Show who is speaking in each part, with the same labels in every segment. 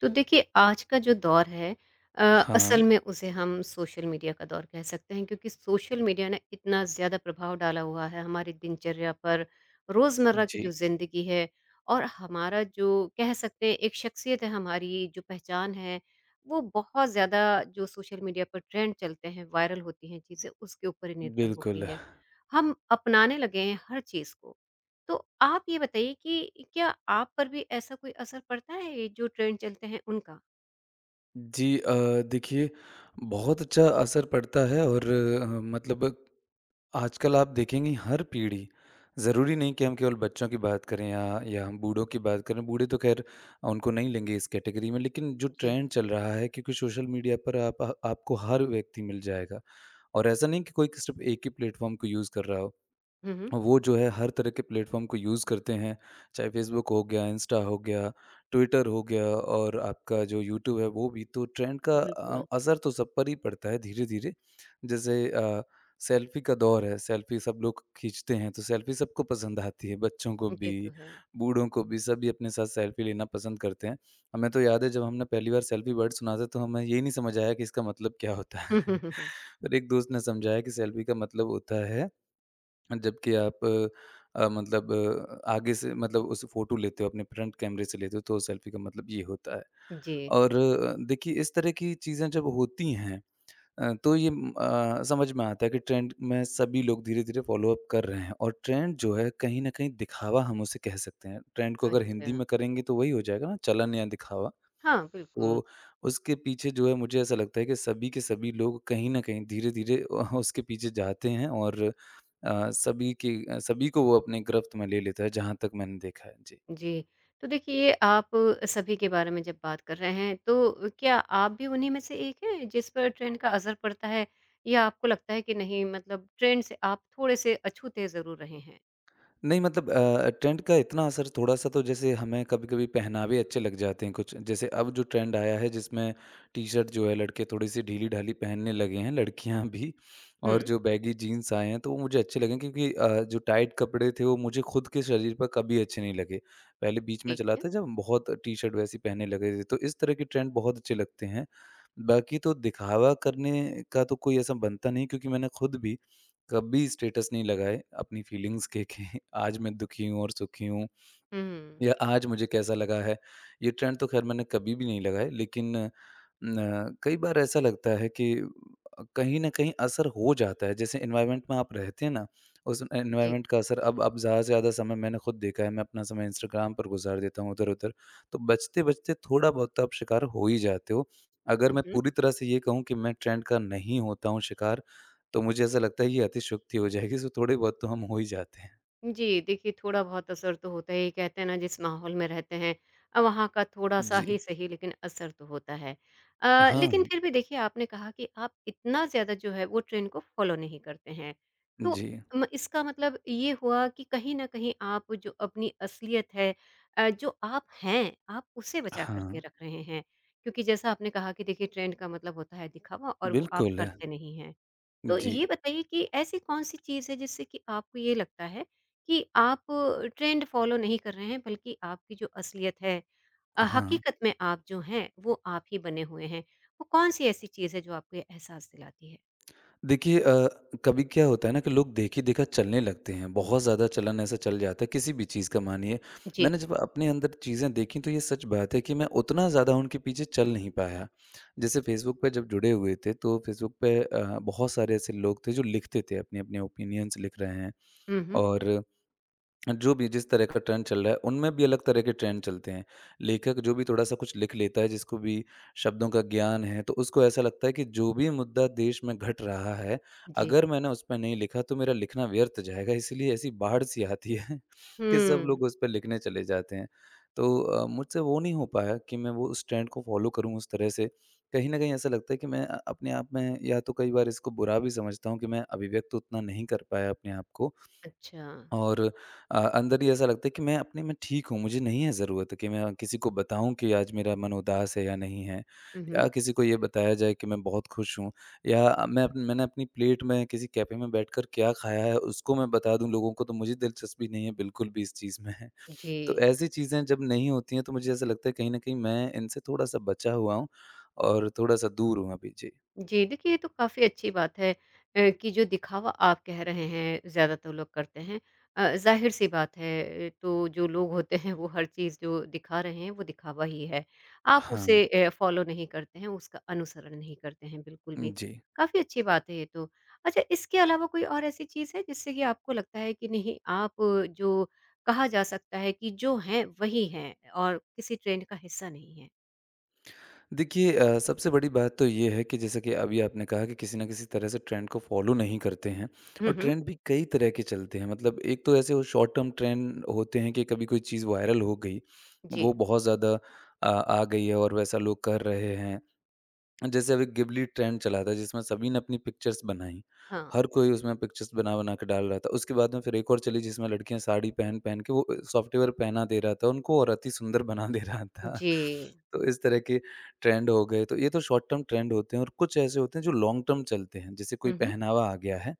Speaker 1: तो देखिए आज का जो दौर है अ,
Speaker 2: हाँ,
Speaker 1: असल में उसे हम सोशल मीडिया का दौर कह सकते हैं क्योंकि सोशल मीडिया ने इतना ज़्यादा प्रभाव डाला हुआ है हमारी दिनचर्या पर, रोज़मर्रा की
Speaker 2: जी,
Speaker 1: जो ज़िंदगी है और हमारा जो कह सकते हैं एक शख्सियत है हमारी जो पहचान है, वो बहुत ज़्यादा जो सोशल मीडिया पर ट्रेंड चलते हैं, वायरल होती हैं चीज़ें उसके ऊपर ही निर्भर हो गई
Speaker 2: बिल्कुल।
Speaker 1: है। हम अपनाने लगे हैं हर चीज़ को। तो आप ये बताइए कि क्या आप पर भी ऐसा कोई असर पड़ता है जो ट्रेंड चलते हैं उनका?
Speaker 2: जी। देखिए, बहुत अच्छा असर पड़ता है। और मतलब, आजकल आप देखेंगी हर पीढ़ी, ज़रूरी नहीं कि हम केवल बच्चों की बात करें या हम बूढ़ों की बात करें। बूढ़े तो ख़ैर उनको नहीं लेंगे इस कैटेगरी में, लेकिन जो
Speaker 1: जी।
Speaker 2: ट्रेंड चल रहा है, क्योंकि सोशल मीडिया पर आप आपको हर व्यक्ति मिल जाएगा। और ऐसा नहीं कि कोई सिर्फ़ एक ही प्लेटफ़ॉर्म को यूज़ कर रहा हो।
Speaker 1: हुँ, हुँ।
Speaker 2: वो जो है हर तरह के प्लेटफ़ॉर्म को यूज़ करते हैं, चाहे फ़ेसबुक हो गया, इंस्टा हो गया, ट्विटर हो गया, और आपका जो यूट्यूब है वो भी। तो ट्रेंड का
Speaker 1: बिल्कुल,
Speaker 2: असर तो सब पर ही पड़ता है धीरे-धीरे। जैसे सेल्फ़ी का दौर है, सेल्फ़ी सब लोग खींचते हैं, तो सेल्फ़ी सबको पसंद आती है, बच्चों को
Speaker 1: ये
Speaker 2: भी,
Speaker 1: तो है।
Speaker 2: बूढ़ों को भी। सभी अपने साथ सेल्फ़ी लेना पसंद करते हैं। हमें तो याद है, जब हमने पहली बार सेल्फ़ी वर्ड सुना था तो हमें ये नहीं समझ आया कि इसका मतलब क्या होता है। पर एक दोस्त ने समझाया कि सेल्फ़ी का मतलब होता है, जबकि आप मतलब आगे से, मतलब उस फ़ोटो लेते हो अपने फ्रंट कैमरे से लेते हो, तो सेल्फ़ी का मतलब ये होता है।
Speaker 1: जी,
Speaker 2: और देखिए, इस तरह की चीज़ें जब होती हैं, तो ये समझ में आता है कि ट्रेंड में सभी लोग धीरे-धीरे फ़ॉलो-अप कर रहे हैं, और ट्रेंड जो है कहीं न कहीं दिखावा हम उसे कह सकते हैं। ट्रेंड को अगर हिंदी
Speaker 1: अच्छा।
Speaker 2: में करेंगे तो वही हो जाएगा ना, चलन या दिखावा।
Speaker 1: हाँ, बिल्कुल,
Speaker 2: वो उसके पीछे जो है, मुझे ऐसा लगता है कि सभी के सभी लोग कहीं न कहीं धीरे-धीरे उसके पीछे जाते हैं, और सभी को वो अपने गिरफ्त में ले लेता है, जहाँ तक मैंने देखा है। जी।
Speaker 1: जी। तो देखिए आप सभी के बारे में जब बात कर रहे हैं तो क्या आप भी उन्हीं में से एक हैं जिस पर ट्रेंड का असर पड़ता है? या आपको लगता है कि नहीं मतलब ट्रेंड से आप थोड़े-से अछूते ज़रूर रहे हैं?
Speaker 2: नहीं, मतलब ट्रेंड का इतना असर थोड़ा-सा तो, जैसे हमें कभी-कभी पहनावे अच्छे लग जाते हैं कुछ। जैसे अब जो ट्रेंड आया है जिसमें टी-शर्ट जो है लड़के थोड़ी-सी ढीली-ढाली पहनने लगे हैं, लड़कियाँ भी। और
Speaker 1: हुँ,
Speaker 2: जो बैगी जीन्स आए हैं तो वो मुझे अच्छे लगे, क्योंकि जो टाइट कपड़े थे वो मुझे खुद के शरीर पर कभी अच्छे नहीं लगे। पहले बीच में
Speaker 1: ठीक
Speaker 2: चला
Speaker 1: है।
Speaker 2: था जब बहुत टी-शर्ट वैसी पहनने लगे थे, तो इस तरह के ट्रेंड बहुत अच्छे लगते हैं। बाकी तो दिखावा करने का तो कोई ऐसा बनता नहीं, क्योंकि मैंने खुद भी कभी स्टेटस नहीं लगाए अपनी फीलिंग्स के, कि आज मैं दुखी हूँ और सुखी हूँ,
Speaker 1: हुँ,
Speaker 2: या आज मुझे कैसा लगा है। ये ट्रेंड तो खैर मैंने कभी भी नहीं लगाए, लेकिन न, कई बार ऐसा लगता है कि कहीं न कहीं असर हो जाता है। जैसे एनवायरनमेंट में आप रहते हैं ना, उस
Speaker 1: जी।
Speaker 2: एनवायरनमेंट का असर, अब ज़्यादा से ज़्यादा समय मैंने खुद देखा है, मैं अपना समय इंस्टाग्राम पर गुज़ार देता हूँ इधर-उधर। तो बचते-बचते थोड़ा बहुत तो आप शिकार हो ही जाते हो। अगर
Speaker 1: हुँ,
Speaker 2: मैं
Speaker 1: हुँ।
Speaker 2: पूरी तरह से ये कहूँ कि मैं ट्रेंड का नहीं होता हूँ शिकार, तो मुझे ऐसा लगता है ये अतिशयोक्ति हो जाएगी, सो थोड़े बहुत तो हम हो ही जाते हैं।
Speaker 1: जी, देखिए थोड़ा बहुत असर तो होता है, ये कहते हैं ना जिस माहौल में रहते हैं वहाँ का थोड़ा-सा ही
Speaker 2: जी।
Speaker 1: सही लेकिन असर तो होता है। लेकिन
Speaker 2: हाँ।
Speaker 1: फिर भी देखिए आपने कहा कि आप इतना ज़्यादा जो है वो ट्रेंड को फ़ॉलो नहीं करते हैं। तो
Speaker 2: जी।
Speaker 1: म इसका मतलब ये हुआ कि कहीं न कहीं आप जो अपनी असलियत है जो आप हैं, आप उसे बचा कर
Speaker 2: हाँ,
Speaker 1: के रख रहे हैं। क्योंकि जैसा आपने कहा कि देखिए ट्रेंड का मतलब होता है दिखावा और वो आप
Speaker 2: बिल्कुल,
Speaker 1: करते नहीं हैं। तो
Speaker 2: जी।
Speaker 1: ये बताइए कि ऐसी कौन-सी चीज़ है जिससे कि आपको ये लगता है कि आप ट्रेंड फ़ॉलो नहीं कर रहे हैं बल्कि आपकी जो असलियत है
Speaker 2: हाँ,
Speaker 1: हकीकत में आप जो हैं वो आप ही बने हुए हैं। वो कौन-सी ऐसी चीज़ है जो आपको ये एहसास दिलाती है?
Speaker 2: देखिए कभी क्या होता है ना, कि लोग देखी-देखा चलने लगते हैं, बहुत ज़्यादा चलन ऐसा चल जाता है किसी भी चीज़ का, मानिए।
Speaker 1: जी।
Speaker 2: मैंने जब अपने अंदर चीज़ें देखी, तो ये सच बात है कि मैं उतना ज़्यादा उनके पीछे चल नहीं पाया। जैसे फ़ेसबुक पे जब जुड़े हुए थे तो फ़ेसबुक पे बहुत सारे ऐसे लोग थे जो लिखते थे, अपने-अपने ओपिनियंस लिख रहे हैं,
Speaker 1: हुँ, हुँ।
Speaker 2: और जो भी जिस तरह का ट्रेंड चल रहा है, उनमें भी अलग तरह के ट्रेंड चलते हैं। लेखक जो भी थोड़ा-सा कुछ लिख लेता है, जिसको भी शब्दों का ज्ञान है, तो उसको ऐसा लगता है कि जो भी मुद्दा देश में घट रहा है,
Speaker 1: जी।
Speaker 2: अगर मैंने उस पे नहीं लिखा तो मेरा लिखना व्यर्थ जाएगा। इसलिए ऐसी बाढ़ सी आती है कि सब
Speaker 1: हुँ।
Speaker 2: लोग उस पे लिखने चले जाते हैं। तो मुझसे वो नहीं हो पाया कि मैं वो उस ट्रेंड को फ़ॉलो करूँ उस तरह से। कहीं न कहीं ऐसा लगता है कि मैं अपने आप में, या तो कई बार इसको बुरा भी समझता हूँ, कि मैं अभिव्यक्त उतना नहीं कर पाया अपने आप को।
Speaker 1: अच्छा।
Speaker 2: और अंदर ही ऐसा लगता है कि मैं अपने में ठीक हूँ, मुझे नहीं है ज़रूरत कि मैं किसी को बताऊँ कि आज मेरा मन उदास है या नहीं है,
Speaker 1: हुँ, हुँ।
Speaker 2: या किसी को ये बताया जाए कि मैं बहुत खुश हूँ, या मैंने अपनी प्लेट में किसी कैफ़े में बैठकर क्या खाया है, उसको मैं बता दूँ लोगों को। तो मुझे दिलचस्पी नहीं है बिल्कुल भी इस चीज़ में।
Speaker 1: जी।
Speaker 2: तो ऐसी चीज़ें जब नहीं होती हैं, तो मुझे ऐसा लगता है कहीं न कहीं मैं इनसे थोड़ा-सा बचा हुआ हूँ, और थोड़ा-सा दूर हूँ अभी। जी।
Speaker 1: जी, देखिए ये तो काफ़ी अच्छी बात है कि जो दिखावा आप कह रहे हैं ज़्यादातर लोग करते हैं ज़ाहिर-सी बात है तो जो लोग होते हैं वो हर चीज़ जो दिखा रहे हैं वो दिखावा ही है। आप
Speaker 2: हाँ।
Speaker 1: उसे फ़ॉलो नहीं करते हैं, उसका अनुसरण नहीं करते हैं बिल्कुल भी।
Speaker 2: जी।
Speaker 1: काफ़ी अच्छी बात है ये तो। अच्छा इसके अलावा कोई और ऐसी चीज़ है जिससे कि आपको लगता है कि नहीं आप जो कहा जा सकता है कि जो हैं वही हैं और किसी ट्रेंड का हिस्सा नहीं हैं?
Speaker 2: देखिए सबसे बड़ी बात तो ये है कि, जैसा कि अभी आपने कहा, कि किसी न किसी तरह से ट्रेंड को फॉलो नहीं करते हैं।
Speaker 1: हुँ,
Speaker 2: और
Speaker 1: हुँ।
Speaker 2: ट्रेंड भी कई तरह के चलते हैं, मतलब एक तो ऐसे वो शॉर्ट टर्म ट्रेंड होते हैं कि कभी कोई चीज़ वायरल हो गई,
Speaker 1: जी।
Speaker 2: वो बहुत ज़्यादा आ गई है और वैसा लोग कर रहे हैं। जैसे अभी गिबली ट्रेंड चला था, जिसमें सभी ने अपनी पिक्चर्स बनाई।
Speaker 1: हाँ।
Speaker 2: हर कोई उसमें पिक्चर्स बना-बना के डाल रहा था। उसके बाद में फिर एक और चली जिसमें लड़कियाँ साड़ी पहन-पहन के, वो सॉफ्टवेयर पहना दे रहा था उनको और अति सुंदर बना दे रहा था।
Speaker 1: जी।
Speaker 2: तो इस तरह के ट्रेंड हो गए। तो ये तो शॉर्ट टर्म ट्रेंड होते हैं, और कुछ ऐसे होते हैं जो लॉन्ग टर्म चलते हैं। जैसे कोई
Speaker 1: हुँ, हुँ।
Speaker 2: पहनावा आ गया है,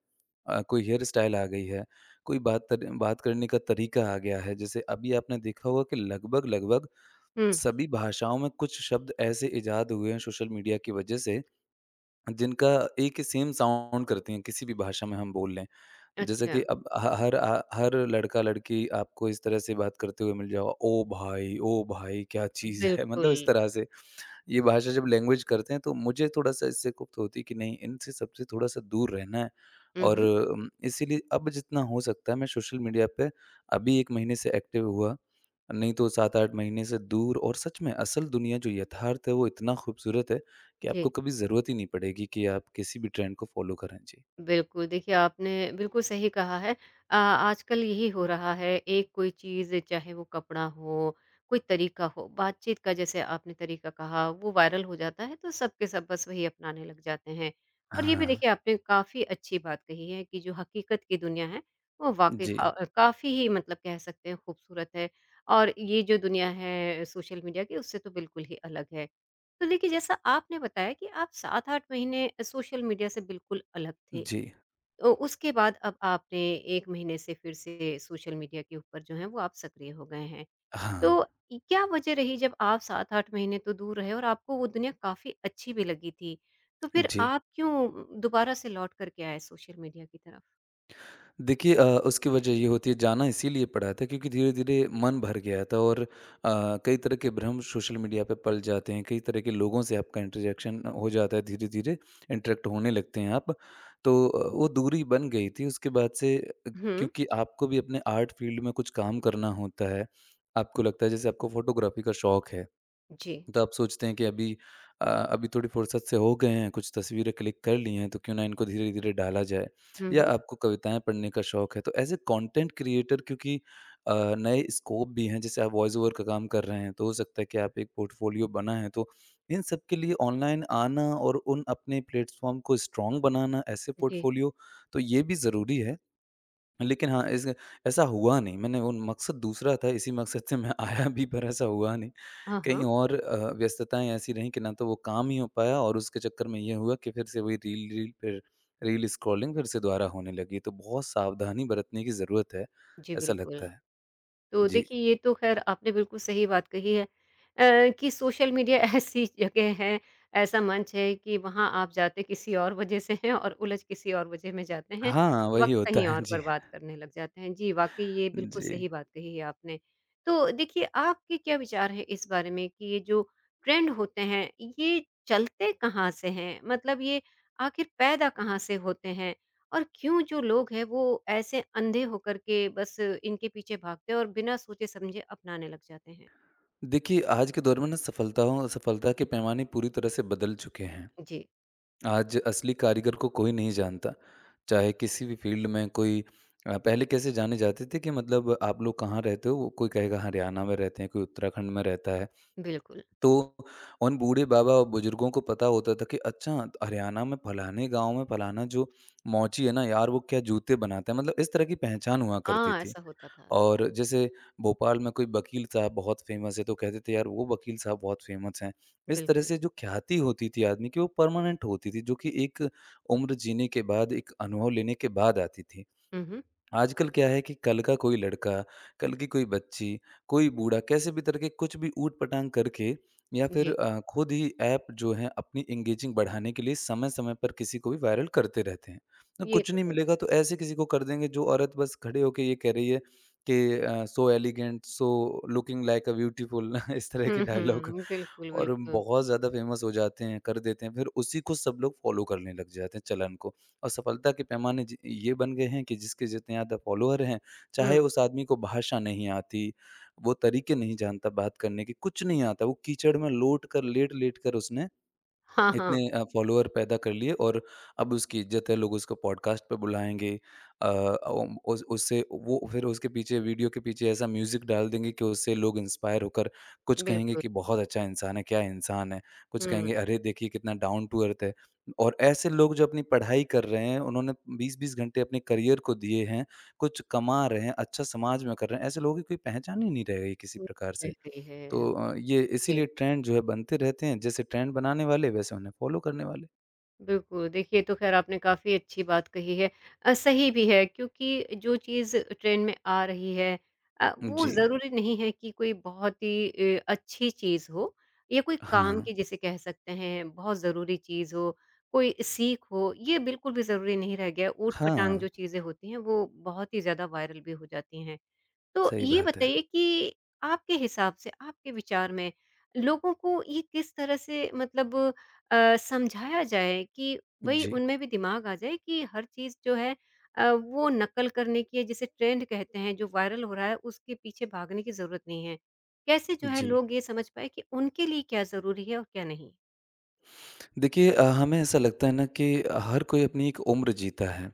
Speaker 2: कोई हेयर स्टाइल आ गई है, कोई बात करने का तरीका आ गया है। जैसे अभी आपने देखा होगा कि लगभग-लगभग
Speaker 1: हुँ,
Speaker 2: सभी भाषाओं में कुछ शब्द ऐसे इजाद हुए हैं सोशल मीडिया की वजह से, जिनका एक ही सेम साउंड करती हैं, किसी भी भाषा में हम बोल लें। जैसे
Speaker 1: अच्छा,
Speaker 2: कि अब ह हर लड़का-लड़की आपको इस तरह से बात करते हुए मिल जाओ, ओ भाई क्या चीज़ है।" मतलब
Speaker 1: बिल्कुल।
Speaker 2: इस तरह से। ये भाषा जब लैंग्वेज करते हैं तो मुझे थोड़ा-सा इससे कुप्त होती है, कि नहीं, इनसे सबसे थोड़ा-सा दूर रहना है,
Speaker 1: हुँ,
Speaker 2: और
Speaker 1: हुँ,
Speaker 2: इसीलिए अब जितना हो सकता है, मैं सोशल मीडिया पे अभी 1 महीने से एक्टिव हुआ, नहीं तो 7-8 महीने से दूर। और सच में, असल दुनिया जो यथार्थ है वो इतना खूबसूरत है कि आपको
Speaker 1: जी।
Speaker 2: कभी ज़रूरत ही नहीं पड़ेगी कि आप किसी भी ट्रेंड को फ़ॉलो करें। जी।
Speaker 1: बिल्कुल, देखिए आपने बिल्कुल सही कहा है। आजकल यही हो रहा है, एक कोई चीज़ चाहे वो कपड़ा हो, कोई तरीका हो, बातचीत का जैसे आपने तरीका कहा वो वायरल हो जाता है तो सब के सब बस वही अपनाने लग जाते हैं। और ये भी
Speaker 2: हाँ।
Speaker 1: देखिए आपने काफ़ी अच्छी बात कही है कि जो हकीकत की दुनिया है वो वाक़ई
Speaker 2: जी।
Speaker 1: काफ़ी ही मतलब कह सकते हैं खूबसूरत है और ये जो दुनिया है सोशल मीडिया की उससे तो बिल्कुल ही अलग है। तो देखिए जैसा आपने बताया कि आप 7-8 महीने सोशल मीडिया से बिल्कुल अलग थे।
Speaker 2: जी।
Speaker 1: तो उसके बाद अब आपने 1 महीने से फिर से सोशल मीडिया के ऊपर जो है वो आप सक्रिय हो गए हैं। तो
Speaker 2: हाँ।
Speaker 1: इ क्या वजह रही जब आप 7-8 महीने तो दूर रहे और आपको वो दुनिया काफ़ी अच्छी भी लगी थी, तो फिर
Speaker 2: जी।
Speaker 1: आप क्यों दोबारा से लौट कर के आए सोशल मीडिया की तरफ?
Speaker 2: देखिए उसकी वजह ये होती है, जाना इसीलिए पड़ा था, क्योंकि धीरे-धीरे मन भर गया था, और कई तरह के भ्रम सोशल मीडिया पे पल जाते हैं, कई तरह के लोगों से आपका इंटरेक्शन हो जाता है धीरे-धीरे, इंटरेक्ट होने लगते हैं आप। तो वो दूरी बन गई थी उसके बाद से,
Speaker 1: हुँ,
Speaker 2: क्योंकि आपको भी अपने आर्ट फील्ड में कुछ काम करना होता है, आपको लगता है जैसे आपको फ़ोटोग्राफ़ी का शौक है।
Speaker 1: जी।
Speaker 2: तो आप सोचते हैं कि अभी अभी थोड़ी फुर्सत से हो गए हैं, कुछ तस्वीरें क्लिक कर ली हैं, तो क्यों ना इनको धीरे धीरे डाला जाए,
Speaker 1: हुँ,
Speaker 2: या
Speaker 1: हुँ।
Speaker 2: आपको कविताएं पढ़ने का शौक है, तो एज ए कंटेंट क्रिएटर, क्योंकि नए स्कोप भी हैं। जैसे आप वॉइस ओवर का काम कर रहे हैं, तो हो सकता है कि आप एक पोर्टफोलियो बना है, तो इन सब के लिए ऑनलाइन आना, और उन अपने प्लेटफॉर्म को स्ट्रांग बनाना, ऐसे
Speaker 1: जी।
Speaker 2: पोर्टफोलियो, तो ये भी ज़रूरी है। लेकिन हाँ, इस ऐसा हुआ नहीं, मैंने उन मकसद दूसरा था, इसी मकसद से मैं आया भी, पर ऐसा हुआ नहीं,
Speaker 1: हाँ,
Speaker 2: कहीं
Speaker 1: हाँ।
Speaker 2: और व्यस्तताएँ ऐसी रहीं कि ना तो वो काम ही हो पाया, और उसके चक्कर में ये हुआ कि फिर से वही रील रील फिर रील स्क्रॉलिंग फिर से दोबारा होने लगी। तो बहुत सावधानी बरतने की ज़रूरत है,
Speaker 1: जी,
Speaker 2: ऐसा
Speaker 1: बिल्कुल।
Speaker 2: लगता है।
Speaker 1: तो
Speaker 2: जी।
Speaker 1: देखिए, ये तो ख़ैर आपने बिल्कुल सही बात कही है कि सोशल मीडिया ऐसी जगह है, ऐसा मंच है कि वहाँ आप जाते किसी और वजह से हैं और उलझ किसी और वजह में जाते हैं,
Speaker 2: हाँ, वही
Speaker 1: वक़्त
Speaker 2: होता
Speaker 1: कहीं
Speaker 2: है।
Speaker 1: और
Speaker 2: जी,
Speaker 1: बर्बाद करने लग जाते हैं। जी, वाक़ई ये बिल्कुल
Speaker 2: जी।
Speaker 1: सही बात कही है आपने। तो देखिए, आपके क्या विचार हैं इस बारे में कि ये जो ट्रेंड होते हैं, ये चलते कहाँ से हैं? मतलब ये आखिर पैदा कहाँ से होते हैं? और क्यों जो लोग हैं वो ऐसे अंधे होकर के बस इनके पीछे भागते हैं और बिना सोचे समझे अपनाने लग जाते हैं।
Speaker 2: देखिए, आज के दौर में ना सफलता के पैमाने पूरी तरह से बदल चुके हैं।
Speaker 1: जी,
Speaker 2: आज असली कारीगर को कोई नहीं जानता। चाहे किसी भी फ़ील्ड में कोई पहले कैसे जाने जाते थे, कि मतलब आप लोग कहाँ रहते हो? वो कोई कहेगा "हाँ, हरियाणा में रहते हैं, कोई उत्तराखंड में रहता है।"
Speaker 1: बिल्कुल।
Speaker 2: तो उन बूढ़े बाबा और बुजुर्गों को पता होता था कि अच्छा, हरियाणा में फलाने गांव में फलाना जो मोची है ना यार, वो क्या जूते बनाता है। मतलब इस तरह की पहचान हुआ करती
Speaker 1: हाँ,
Speaker 2: थी।
Speaker 1: ऐसा होता था।
Speaker 2: और जैसे भोपाल में कोई वकील साहब बहुत फेमस है तो कहते थे यार, वो वकील साहब बहुत फेमस हैं। इस तरह
Speaker 1: बिल्कुल।
Speaker 2: से जो ख्याति होती थी आदमी की, वो परमानेंट होती थी, जो कि एक उम्र जीने के बाद, एक अनुभव लेने के बाद आती थी।
Speaker 1: हुँ, हुँ।
Speaker 2: आजकल क्या है कि कल का कोई लड़का, कल की कोई बच्ची, कोई बूढ़ा, कैसे भी तरह के कुछ भी ऊट-पटांग करके या फिर
Speaker 1: जी,
Speaker 2: खुद ही ऐप जो है अपनी एंगेजिंग बढ़ाने के लिए समय-समय पर किसी को भी वायरल करते रहते हैं। तो
Speaker 1: ये
Speaker 2: कुछ
Speaker 1: तो
Speaker 2: नहीं
Speaker 1: है।
Speaker 2: मिलेगा तो ऐसे किसी को कर देंगे, जो औरत बस खड़े होके ये कह रही है कि so elegant, so looking like a beautiful इस तरह
Speaker 1: हुँ,
Speaker 2: के डायलॉग
Speaker 1: हुँ। बिल्कुल,
Speaker 2: और
Speaker 1: बिल्कुल।
Speaker 2: बहुत ज़्यादा फ़ेमस हो जाते हैं, कर देते हैं, फिर उसी को सब लोग फ़ॉलो करने लग जाते हैं, चलन को। और सफलता के पैमाने ज ये बन गए हैं कि जिसके जितने ज़्यादा फ़ॉलोअर हैं, चाहे
Speaker 1: हुँ।
Speaker 2: उस आदमी को भाषा नहीं आती, वो तरीके नहीं जानता बात करने के, कुछ नहीं आता, वो कीचड़ में लोट कर, लेट-लेट कर उसने
Speaker 1: हाँ, हाँ।
Speaker 2: इतने फ़ॉलोवर पैदा कर लिए, और अब उसकी इज़्ज़त है, लोग उसको पॉडकास्ट पे बुलाएँगे। अ, ओम उस उससे वो, फिर उसके पीछे, वीडियो के पीछे ऐसा म्यूज़िक डाल देंगे कि उससे लोग इंस्पायर होकर कुछ कहेंगे
Speaker 1: बिल्कुल।
Speaker 2: कि बहुत अच्छा इंसान है, क्या इंसान है। कुछ
Speaker 1: हुँ।
Speaker 2: कहेंगे, अरे देखिए कितना डाउन टू अर्थ है। और ऐसे लोग जो अपनी पढ़ाई कर रहे हैं, उन्होंने 20-20 घंटे अपने करियर को दिए हैं, कुछ कमा रहे हैं, अच्छा समाज में कर रहे हैं, ऐसे लोगों की कोई पहचान ही नहीं रह गई किसी प्रकार
Speaker 1: रह
Speaker 2: से।
Speaker 1: गई
Speaker 2: तो
Speaker 1: है।
Speaker 2: ये
Speaker 1: ओके।
Speaker 2: इसीलिए ट्रेंड जो है बनते रहते हैं, जैसे ट्रेंड बनाने वाले वैसे उन्हें फ़ॉलो करने वाले।
Speaker 1: बिल्कुल, देखिए ये तो ख़ैर आपने काफ़ी अच्छी बात कही है। सही भी है क्योंकि जो चीज़ ट्रेन में आ रही है वो
Speaker 2: जी।
Speaker 1: ज़रूरी नहीं है कि कोई बहुत ही अच्छी चीज़ हो या कोई काम
Speaker 2: हाँ।
Speaker 1: की जिसे कह सकते हैं बहुत ज़रूरी चीज़ हो, कोई सीख हो, ये बिल्कुल भी ज़रूरी नहीं रह गया है। ऊट-पटांग
Speaker 2: हाँ,
Speaker 1: जो चीज़ें होती हैं वो बहुत ही ज़्यादा वायरल भी हो जाती हैं। तो
Speaker 2: सही
Speaker 1: ये
Speaker 2: बात है।
Speaker 1: बताइए कि आपके हिसाब से, आपके विचार में लोगों को ये किस तरह से मतलब समझाया जाए कि भई
Speaker 2: जी,
Speaker 1: उनमें भी दिमाग आ जाए कि हर चीज़ जो है वो नकल करने की है जिसे ट्रेंड कहते हैं, जो वायरल हो रहा है उसके पीछे भागने की ज़रूरत नहीं है। कैसे जो है
Speaker 2: जी।
Speaker 1: लोग ये समझ पाएँ कि उनके लिए क्या ज़रूरी है और क्या नहीं?
Speaker 2: देखिए हमें ऐसा लगता है ना कि हर कोई अपनी एक उम्र जीता है।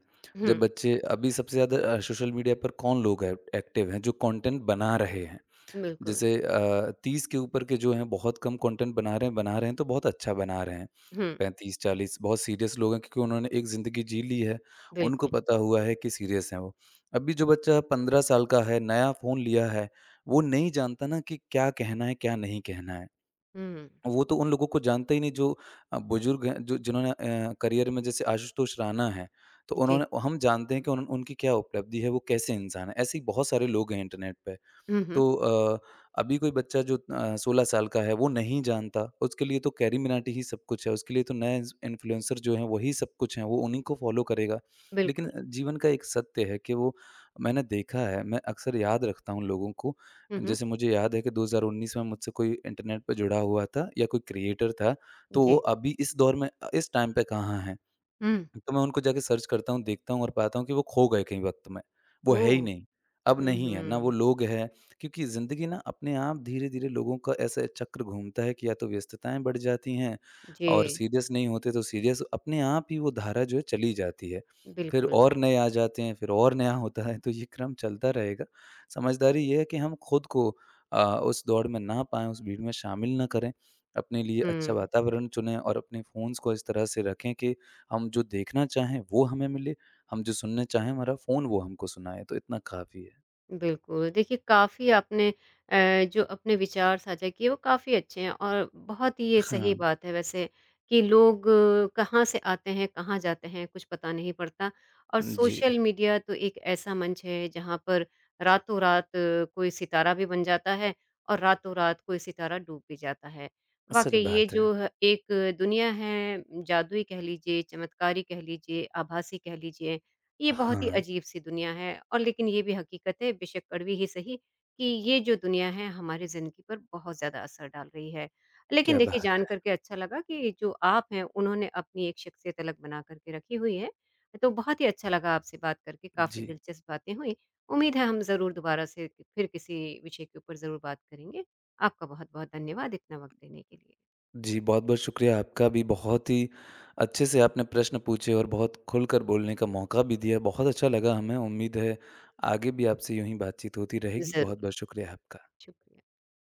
Speaker 2: जब
Speaker 1: हुँ,
Speaker 2: बच्चे अभी सबसे ज़्यादा सोशल मीडिया पर कौन लोग है एक्टिव हैं जो कंटेंट बना रहे हैं।
Speaker 1: बिल्कुल।
Speaker 2: जैसे 30 के ऊपर के जो हैं बहुत कम कंटेंट बना रहे हैं, तो बहुत अच्छा बना रहे हैं।
Speaker 1: हुँ,
Speaker 2: 35-40 बहुत सीरियस लोग हैं क्योंकि उन्होंने एक ज़िंदगी जी ली है, उनको
Speaker 1: बिल्कुल।
Speaker 2: पता हुआ है कि सीरियस हैं वो। अभी जो बच्चा 15 साल का है, नया फ़ोन लिया है, वो नहीं जानता ना कि क्या कहना है, क्या नहीं कहना है।
Speaker 1: हुँ,
Speaker 2: वो तो उन लोगों को जानता ही नहीं जो बुज़ुर्ग हैं, जो जिन्होंने करियर में, जैसे आशुतोष राणा हैं, तो
Speaker 1: जी।
Speaker 2: उन्होंने हम जानते हैं कि उन उनकी क्या उपलब्धि है, वो कैसे इंसान हैं। ऐसे ही बहुत सारे लोग हैं इंटरनेट पे।
Speaker 1: हुँ, हुँ,
Speaker 2: तो अभी कोई बच्चा जो 16 साल का है वो नहीं जानता, उसके लिए तो कैरी मिनाटी ही सब कुछ है, उसके लिए तो नए इन्स इन्फ्लुएंसर जो हैं वही सब कुछ हैं, वो उन्हीं को फ़ॉलो करेगा। लेकिन
Speaker 1: बिल्कुल।
Speaker 2: जीवन का एक सत्य है कि वो, मैंने देखा है, मैं अक्सर याद रखता हूँ लोगों को।
Speaker 1: हुँ, हुँ,
Speaker 2: जैसे मुझे याद है कि 2019 में मुझसे कोई इंटरनेट पे जुड़ा हुआ था या कोई क्रिएटर था, तो वो
Speaker 1: जी।
Speaker 2: अभी इस दौर में इस टाइम पे कहाँ है?
Speaker 1: हुँ,
Speaker 2: तो मैं उनको जाके सर्च करता हूँ, देखता हूँ और पाता हूँ कि वो खो गए कहीं वक़्त में। वो है ही
Speaker 1: ओह!
Speaker 2: नहीं, अब
Speaker 1: हुँ,
Speaker 2: नहीं है, ना वो
Speaker 1: हुँ।
Speaker 2: लोग हैं, क्योंकि ज़िंदगी ना अपने आप धीरे-धीरे लोगों का ऐसा चक्र घूमता है कि या तो व्यस्तताएँ बढ़ जाती हैं और
Speaker 1: जी,
Speaker 2: सीरियस नहीं होते तो सीरियस अपने आप ही, वो धारा जो है चली जाती है। फिर
Speaker 1: बिल्कुल।
Speaker 2: और नए आ जाते हैं, फिर और नया होता है, तो ये क्रम चलता रहेगा। समझदारी ये है कि हम खुद को उस दौड़ में ना पाएँ, उस भीड़ में शामिल ना करें, अपने लिए अच्छा
Speaker 1: हुँ,
Speaker 2: वातावरण चुनें और अपने फ़ोन्स को इस तरह से रखें कि हम जो देखना चाहें वो हमें मिले, हम जो सुनना चाहें हमारा फ़ोन वो हमको सुनाए, तो इतना काफ़ी है।
Speaker 1: बिल्कुल। देखिए, काफ़ी आपने जो अपने विचार साझा किए, वो काफ़ी अच्छे हैं और बहुत ही ये सही
Speaker 2: हाँ,
Speaker 1: बात है वैसे कि लोग कहाँ से आते हैं, कहाँ जाते हैं, कुछ पता नहीं पड़ता और
Speaker 2: जी,
Speaker 1: सोशल मीडिया तो एक ऐसा मंच है, जहाँ पर रातों-रात कोई सितारा भी बन जाता है और रातों-रात कोई सितारा डूब भी जाता है।
Speaker 2: सच
Speaker 1: वाक़ई ये
Speaker 2: बात है।
Speaker 1: जो ह एक दुनिया है, जादुई कह लीजिए, चमत्कारी कह लीजिए, आभासी कह लीजिए ये बहुत ही
Speaker 2: हाँ,
Speaker 1: अजीब-सी दुनिया है और लेकिन ये भी हकीकत है बेशक कड़वी ही सही कि ये जो दुनिया है हमारी ज़िंदगी पर बहुत ज़्यादा असर डाल रही है। लेकिन
Speaker 2: क्या
Speaker 1: देखिए
Speaker 2: बात
Speaker 1: जान
Speaker 2: है।
Speaker 1: कर के अच्छा लगा कि जो आप हैं उन्होंने अपनी एक शख्सियत अलग बना कर के रखी हुई है। तो बहुत ही अच्छा लगा आपसे बात करके, काफ़ी
Speaker 2: जी,
Speaker 1: दिलचस्प बातें हुई। उम्मीद है हम ज़रूर दोबारा से फिर किसी विषय के ऊपर ज़रूर बात करेंगे। आपका बहुत-बहुत धन्यवाद इतना वक़्त देने के लिए।
Speaker 2: जी, बहुत-बहुत शुक्रिया आपका भी, बहुत ही अच्छे से आपने प्रश्न पूछे और बहुत खुलकर बोलने का मौका भी दिया, बहुत अच्छा लगा हमें। उम्मीद है आगे भी आपसे यूँ ही बातचीत होती रहेगी।
Speaker 1: ज़रूर,
Speaker 2: बहुत-बहुत शुक्रिया आपका।
Speaker 1: शुक्रिया।